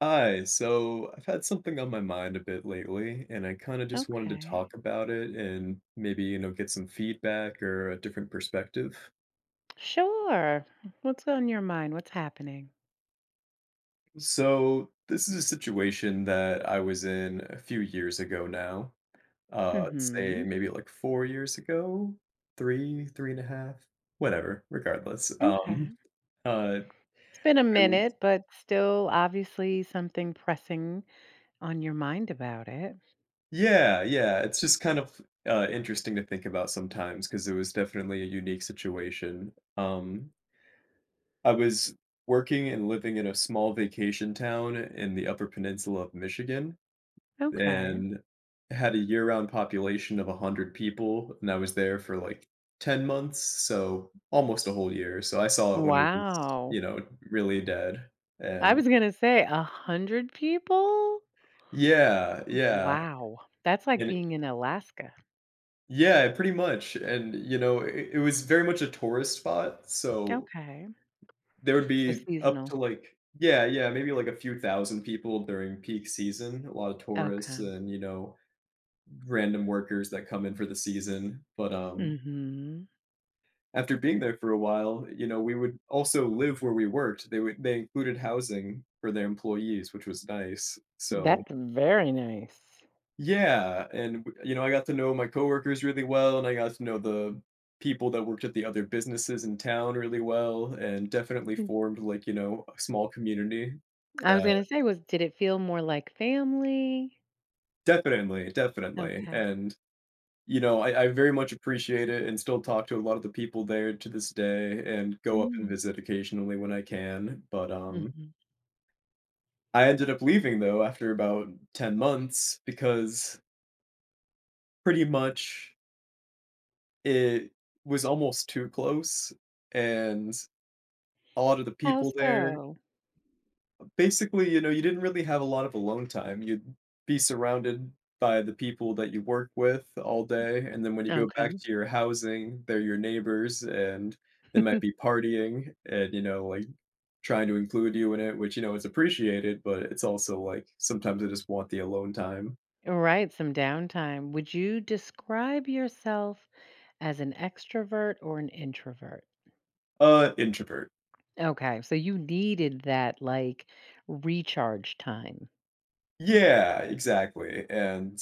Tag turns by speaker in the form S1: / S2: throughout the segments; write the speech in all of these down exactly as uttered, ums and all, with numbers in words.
S1: Hi, so I've had something on my mind a bit lately, and I kind of just wanted to
S2: Okay.
S1: talk about it and maybe, you know, get some feedback or a different perspective.
S2: Sure. What's on your mind? What's happening?
S1: So, this is a situation that I was in a few years ago now. Uh, I'd say
S2: Mhm.
S1: maybe like four years ago, three, three and a half, whatever, regardless. Um,
S2: Okay.
S1: uh,
S2: It's been a
S1: I would,
S2: minute, but still obviously something pressing on your mind about it.
S1: yeah, yeah, it's just kind of uh, interesting to think about sometimes because it was definitely a unique situation. Um, I was working and living in a small vacation town in the Upper Peninsula of Michigan
S2: Okay.
S1: and had a year-round population of one hundred people, and I was there for, like, ten months, so almost a whole year, so I saw it when it was,
S2: Wow.
S1: you know, really dead,
S2: I
S1: and
S2: was going to say a 100 people?
S1: yeah, yeah,
S2: Wow. That's like
S1: and
S2: being in Alaska.
S1: yeah, pretty much, and, you know, it it was very much a tourist spot, so
S2: Okay.
S1: there would
S2: So
S1: be up
S2: seasonal.
S1: to, like, yeah, yeah, maybe, like, a few thousand people during peak season, a lot of tourists
S2: Okay.
S1: and, you know, random workers that come in for the season, but, um,
S2: Mhm.
S1: after being there for a while, you know, we would also live where we worked, they would they included housing for their employees, which was nice, so
S2: That's very nice.
S1: yeah, and, w you know, I got to know my coworkers really well, and I got to know the people that worked at the other businesses in town really well, and definitely
S2: Mm.
S1: formed, like, you know, a small community
S2: I was going
S1: that
S2: to say, was, did it feel more like family?
S1: definitely, definitely,
S2: Okay.
S1: and, you know, I I very much appreciate it and still talk to a lot of the people there to this day and go up and
S2: Mm.
S1: visit occasionally when I can, but, um,
S2: Mhm.
S1: I ended up leaving, though, after about ten months because pretty much it was almost too close, and a lot of the
S2: How
S1: people there
S2: so?
S1: basically, you know, you didn't really have a lot of alone time. You'd be surrounded by the people that you work with all day, and then when you go back
S2: Okay.
S1: to your housing, they're your neighbors, and they might be partying and, you know, like trying to include you in it, which, you know, is appreciated, but it's also like sometimes I just want the alone time.
S2: All right, some downtime. Would you describe yourself as an extrovert or an introvert?
S1: Uh, introvert.
S2: Okay, so you needed that, like, recharge time.
S1: Yeah, exactly. And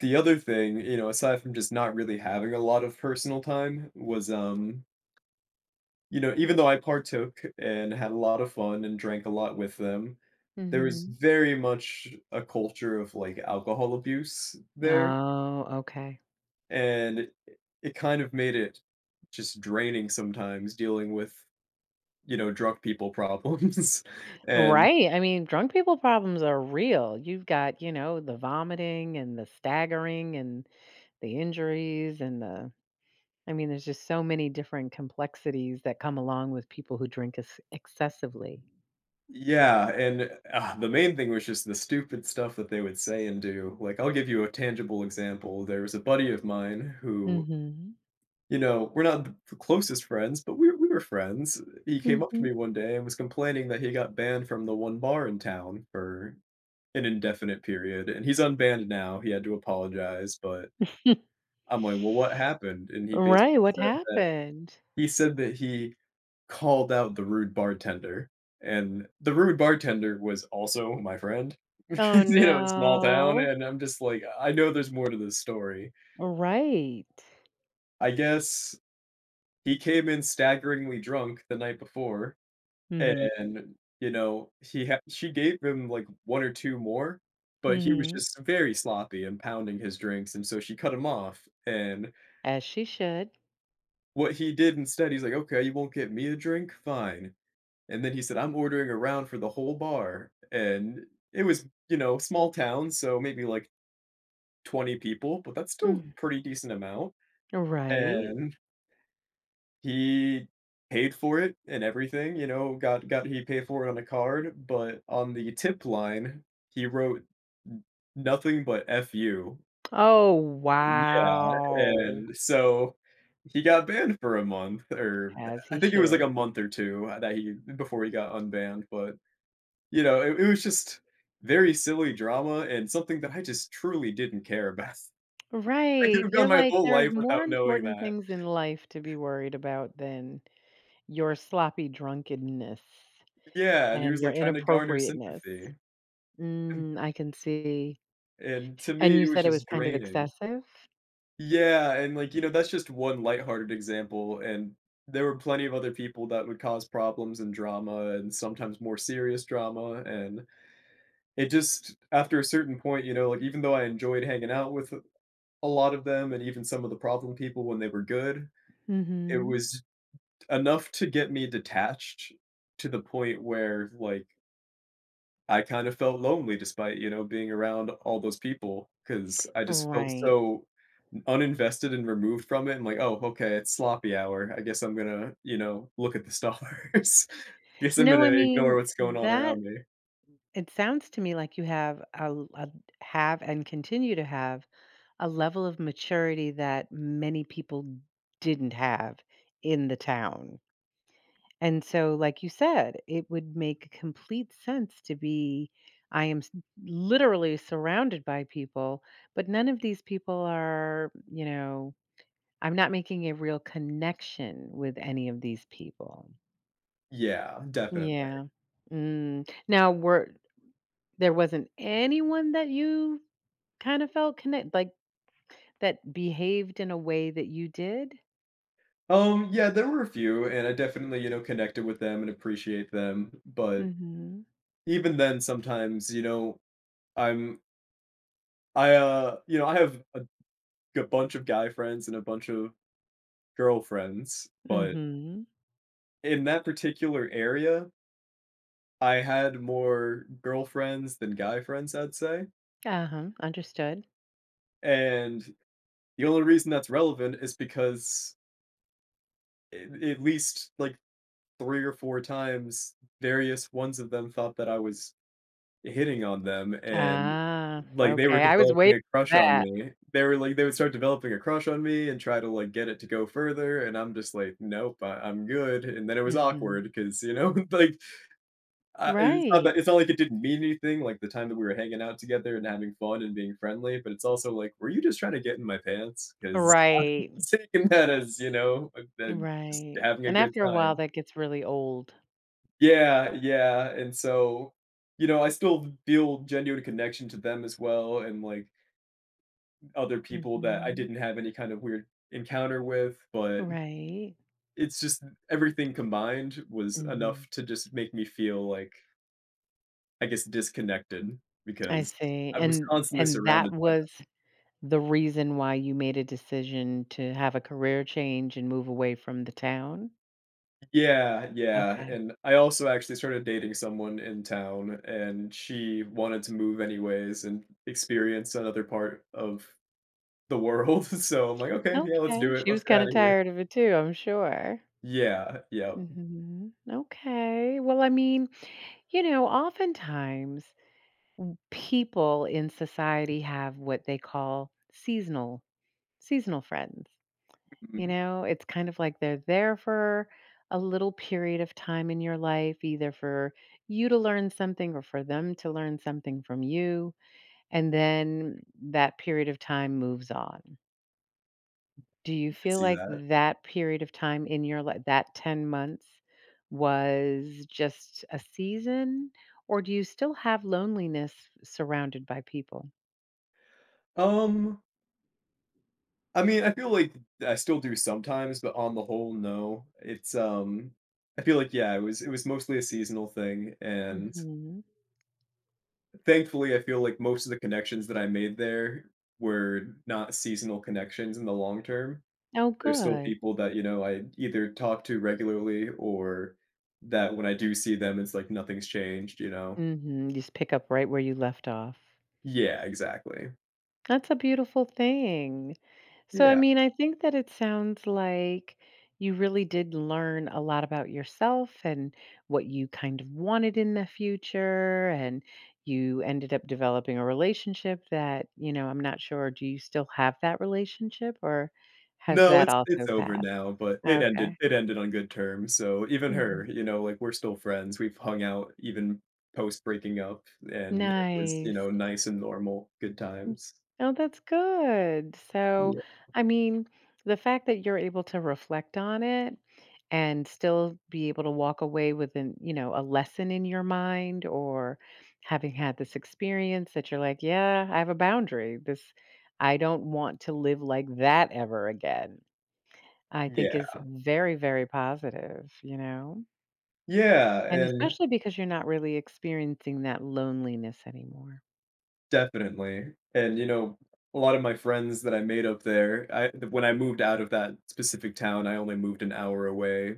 S1: the other thing, you know, aside from just not really having a lot of personal time, was um you know, even though I partook and had a lot of fun and drank a lot with them, there was
S2: Mhm.
S1: very much a culture of, like, alcohol abuse there,
S2: Oh, okay.
S1: and it it kind of made it just draining sometimes dealing with, you know, drunk people problems, and
S2: Right. I mean, drunk people problems are real. You've got, you know, the vomiting and the staggering and the injuries and the, I mean, there's just so many different complexities that come along with people who drink ex- excessively.
S1: yeah, and, ah, the main thing was just the stupid stuff that they would say and do, like, I'll give you a tangible example, there was a buddy of mine who,
S2: Mhm.
S1: you know, we're not the closest friends, but we we were friends. He came up to
S2: Mhm.
S1: me one day and was complaining that he got banned from the one bar in town for an indefinite period, and he's unbanned now, he had to apologize, but I'm like, "Well, what happened?" And he basically
S2: Right, what
S1: said that
S2: happened?
S1: he said that he called out the rude bartender, and the rude bartender was also my friend
S2: Oh,
S1: because, you know, it's a small town,
S2: no.
S1: and I'm just like, "I know there's more to this story."
S2: Right.
S1: I guess he came in staggeringly drunk the night before.
S2: Mhm.
S1: And, you know, he ha she gave him, like, one or two more, but he was
S2: Mhm.
S1: just very sloppy and pounding his drinks, and so she cut him off, and
S2: As she should.
S1: what he did instead, he's like, "Okay, you won't get me a drink? Fine." And then he said, "I'm ordering a round for the whole bar," and it was, you know, small town, so maybe, like, twenty people, but that's still
S2: Mm.
S1: a pretty decent amount,
S2: Right.
S1: and he paid for it and everything, you know, got got he paid for it on a card, but on the tip line, he wrote n nothing but "F you."
S2: Oh,
S1: Yeah,
S2: wow.
S1: and so he got banned for a month or,
S2: As
S1: I
S2: he
S1: think it was like a
S2: should.
S1: month or two, uh, that he before he got unbanned, but, you know, it it was just very silly drama and something that I just truly didn't care about. I could
S2: Right,
S1: have
S2: you're
S1: gone my
S2: like,
S1: whole
S2: "There's
S1: life
S2: more
S1: without knowing
S2: important
S1: that.
S2: things in life to be worried about than your sloppy drunkenness
S1: Yeah, and he
S2: and
S1: was,
S2: your
S1: like, trying to garner
S2: inappropriateness."
S1: sympathy.
S2: Mm, I can see.
S1: And to
S2: And
S1: me,
S2: you
S1: it was
S2: said it was
S1: just
S2: kind of
S1: draining.
S2: excessive?
S1: Yeah, and, like, you know, that's just one lighthearted example, and there were plenty of other people that would cause problems and drama and sometimes more serious drama, and it just after a certain point, you know, like, even though I enjoyed hanging out with a lot of them and even some of the problem people when they were good, it
S2: Mhm.
S1: was enough to get me detached to the point where, like, I kind of felt lonely despite, you know, being around all those people because I just felt
S2: Right.
S1: so uninvested and removed from it. I'm like, oh, okay, it's sloppy hour. I guess I'm gonna, you know, look at the stars. I guess I'm
S2: No, I
S1: gonna ignore
S2: mean,
S1: what's going on
S2: that,
S1: around me.
S2: it sounds to me like you have a, l- a- have and continue to have a level of maturity that many people didn't have in the town. And so, like you said, it would make complete sense to be, I am s- literally surrounded by people, but none of these people are, you know, I'm not making a real connection with any of these people.
S1: Yeah, definitely.
S2: Yeah. Mm. Now, were, there wasn't anyone that you kind of felt connect, like, that behaved in a way that you did?
S1: Um, yeah, there were a few, and I definitely, you know, connected with them and appreciate them. But
S2: Mhm.
S1: even then, sometimes, you know, I'm, I, uh, you know, I have a, a bunch of guy friends and a bunch of girlfriends, but
S2: Mhm.
S1: in that particular area, I had more girlfriends than guy friends, I'd say.
S2: Uh-huh. Understood.
S1: And the only reason that's relevant is because a at least, like, three or four times, various ones of them thought that I was hitting on them, and,
S2: Ah,
S1: like, they were
S2: okay. I was waiting
S1: developing a crush
S2: for
S1: on
S2: that.
S1: me. They were like They would start developing a crush on me and try to, like, get it to go further, and I'm just like, "Nope, I I'm good," and then it was
S2: Mhm.
S1: awkward because you know, like, uh, it's not
S2: Right.
S1: that it's not like it didn't mean anything, like, the time that we were hanging out together and having fun and being friendly, but it's also like, "Were you just trying to get in my pants? Because
S2: Right.
S1: taking that as, you know, uh, then just
S2: Right.
S1: having a
S2: And
S1: good
S2: after a while,
S1: time."
S2: that gets really old.
S1: Yeah, yeah, and so, you know, I still feel genuine connection to them as well and, like, other people that I
S2: Mhm.
S1: didn't have any kind of weird encounter with, but
S2: Right.
S1: it's just everything combined was enough
S2: Mhm.
S1: to just make me feel, like, I guess, disconnected
S2: I
S1: because
S2: see.
S1: I was
S2: And
S1: constantly
S2: and that
S1: surrounded by,
S2: was the reason why you made a decision to have a career change and move away from the town?
S1: yeah, yeah,
S2: Okay.
S1: and I also actually started dating someone in town, and she wanted to move anyways and experience another part of the world, so I'm like, "Okay, yeah, let's
S2: Okay,
S1: do it,
S2: she
S1: let's
S2: was
S1: get out
S2: kinda
S1: of here."
S2: tired of it too, I'm sure.
S1: Yeah, yeah,
S2: Mhm. Okay. Well, I mean, you know, oftentimes people in society have what they call seasonal seasonal friends, you
S1: mhm,
S2: know? It's kind of like they're there for a little period of time in your life, either for you to learn something or for them to learn something from you, and then that period of time moves on. Do you
S1: I could
S2: feel
S1: see
S2: like
S1: that.
S2: that period of time in your life, that ten months, was just a season? Or do you still have loneliness surrounded by people?
S1: Um, I mean, I feel like I still do sometimes, but on the whole, no. It's, um I feel like, yeah, it was it was mostly a seasonal thing, and
S2: Mhm.
S1: thankfully, I feel like most of the connections that I made there were not seasonal connections in the long term.
S2: Oh,
S1: There's still
S2: good.
S1: people that, you know, I either talk to regularly or that when I do see them, it's like nothing's changed, you know?
S2: Mhm. You just pick up right where you left off.
S1: Yeah, exactly.
S2: That's a beautiful thing. So, I
S1: Yeah.
S2: mean, I think that it sounds like you really did learn a lot about yourself and what you kind of wanted in the future. And you ended up developing a relationship that, you know, I'm not sure. Do you still have that relationship, or has
S1: No,
S2: that
S1: it's
S2: also
S1: it's over
S2: passed?
S1: now, but it
S2: Okay.
S1: ended it ended on good terms. So even
S2: Mhm.
S1: her, you know, like we're still friends. We've hung out even post breaking up and it was, you
S2: Nice.
S1: know, nice and normal, good
S2: Mm.
S1: times.
S2: Oh, that's good. So,
S1: Yeah.
S2: I mean, the fact that you're able to reflect on it and still be able to walk away with, an, you know, a lesson in your mind, or having had this experience that you're like, yeah, I have a boundary. This, I don't want to live like that ever again. I think is
S1: Yeah.
S2: very, very positive, you know?
S1: Yeah.
S2: And
S1: And
S2: especially because you're not really experiencing that loneliness anymore.
S1: definitely, and, you know, a lot of my friends that I made up there, I when I moved out of that specific town, I only moved an hour away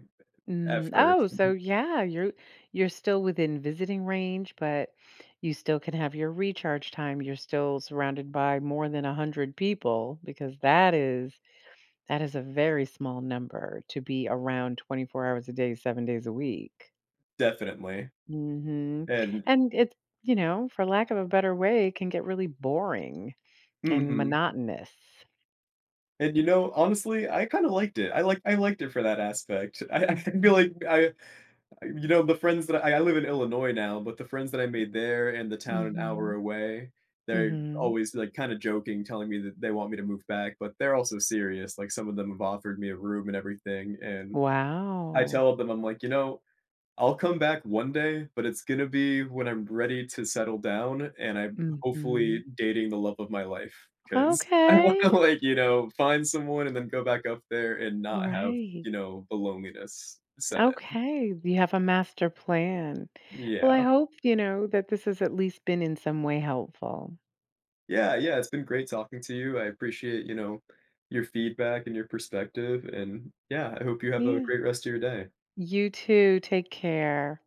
S1: at
S2: Mm,
S1: first.
S2: oh, so
S1: Mhm,
S2: yeah, you're, you're still within visiting range, but you still can have your recharge time. You're still surrounded by more than a hundred people, because that is, that is a very small number to be around twenty-four hours a day, seven days a week.
S1: definitely,
S2: Hmm.
S1: and
S2: And it's, you know, for lack of a better way, can get really boring and
S1: mhm,
S2: monotonous.
S1: and, you know, honestly, I kinda liked it. I like I liked it for that aspect. I I feel
S2: Mm-hmm.
S1: like I I- you know, the friends that I I live in Illinois now, but the friends that I made there and the town an hour
S2: Mm-hmm.
S1: away, they're
S2: Mm-hmm.
S1: always, like, kinda joking, telling me that they want me to move back, but they're also serious, like, some of them have offered me a room and everything, and I
S2: Wow.
S1: tell them, I'm like, you know, I'll come back one day, but it's gonna be when I'm ready to settle down and I'm
S2: Mm-hmm.
S1: hopefully dating the love of my life because I wanna,
S2: Okay.
S1: like, you know, find someone and then go back up there and not have,
S2: Right.
S1: you know, the loneliness set it.
S2: Okay. You have a master plan. Well, I
S1: Yeah.
S2: hope, you know, that this has at least been in some way helpful.
S1: Yeah, yeah, it's been great talking to you. I appreciate, you know, your feedback and your perspective, and yeah, I hope you have a
S2: Yeah.
S1: great rest of your day.
S2: You too. Take care.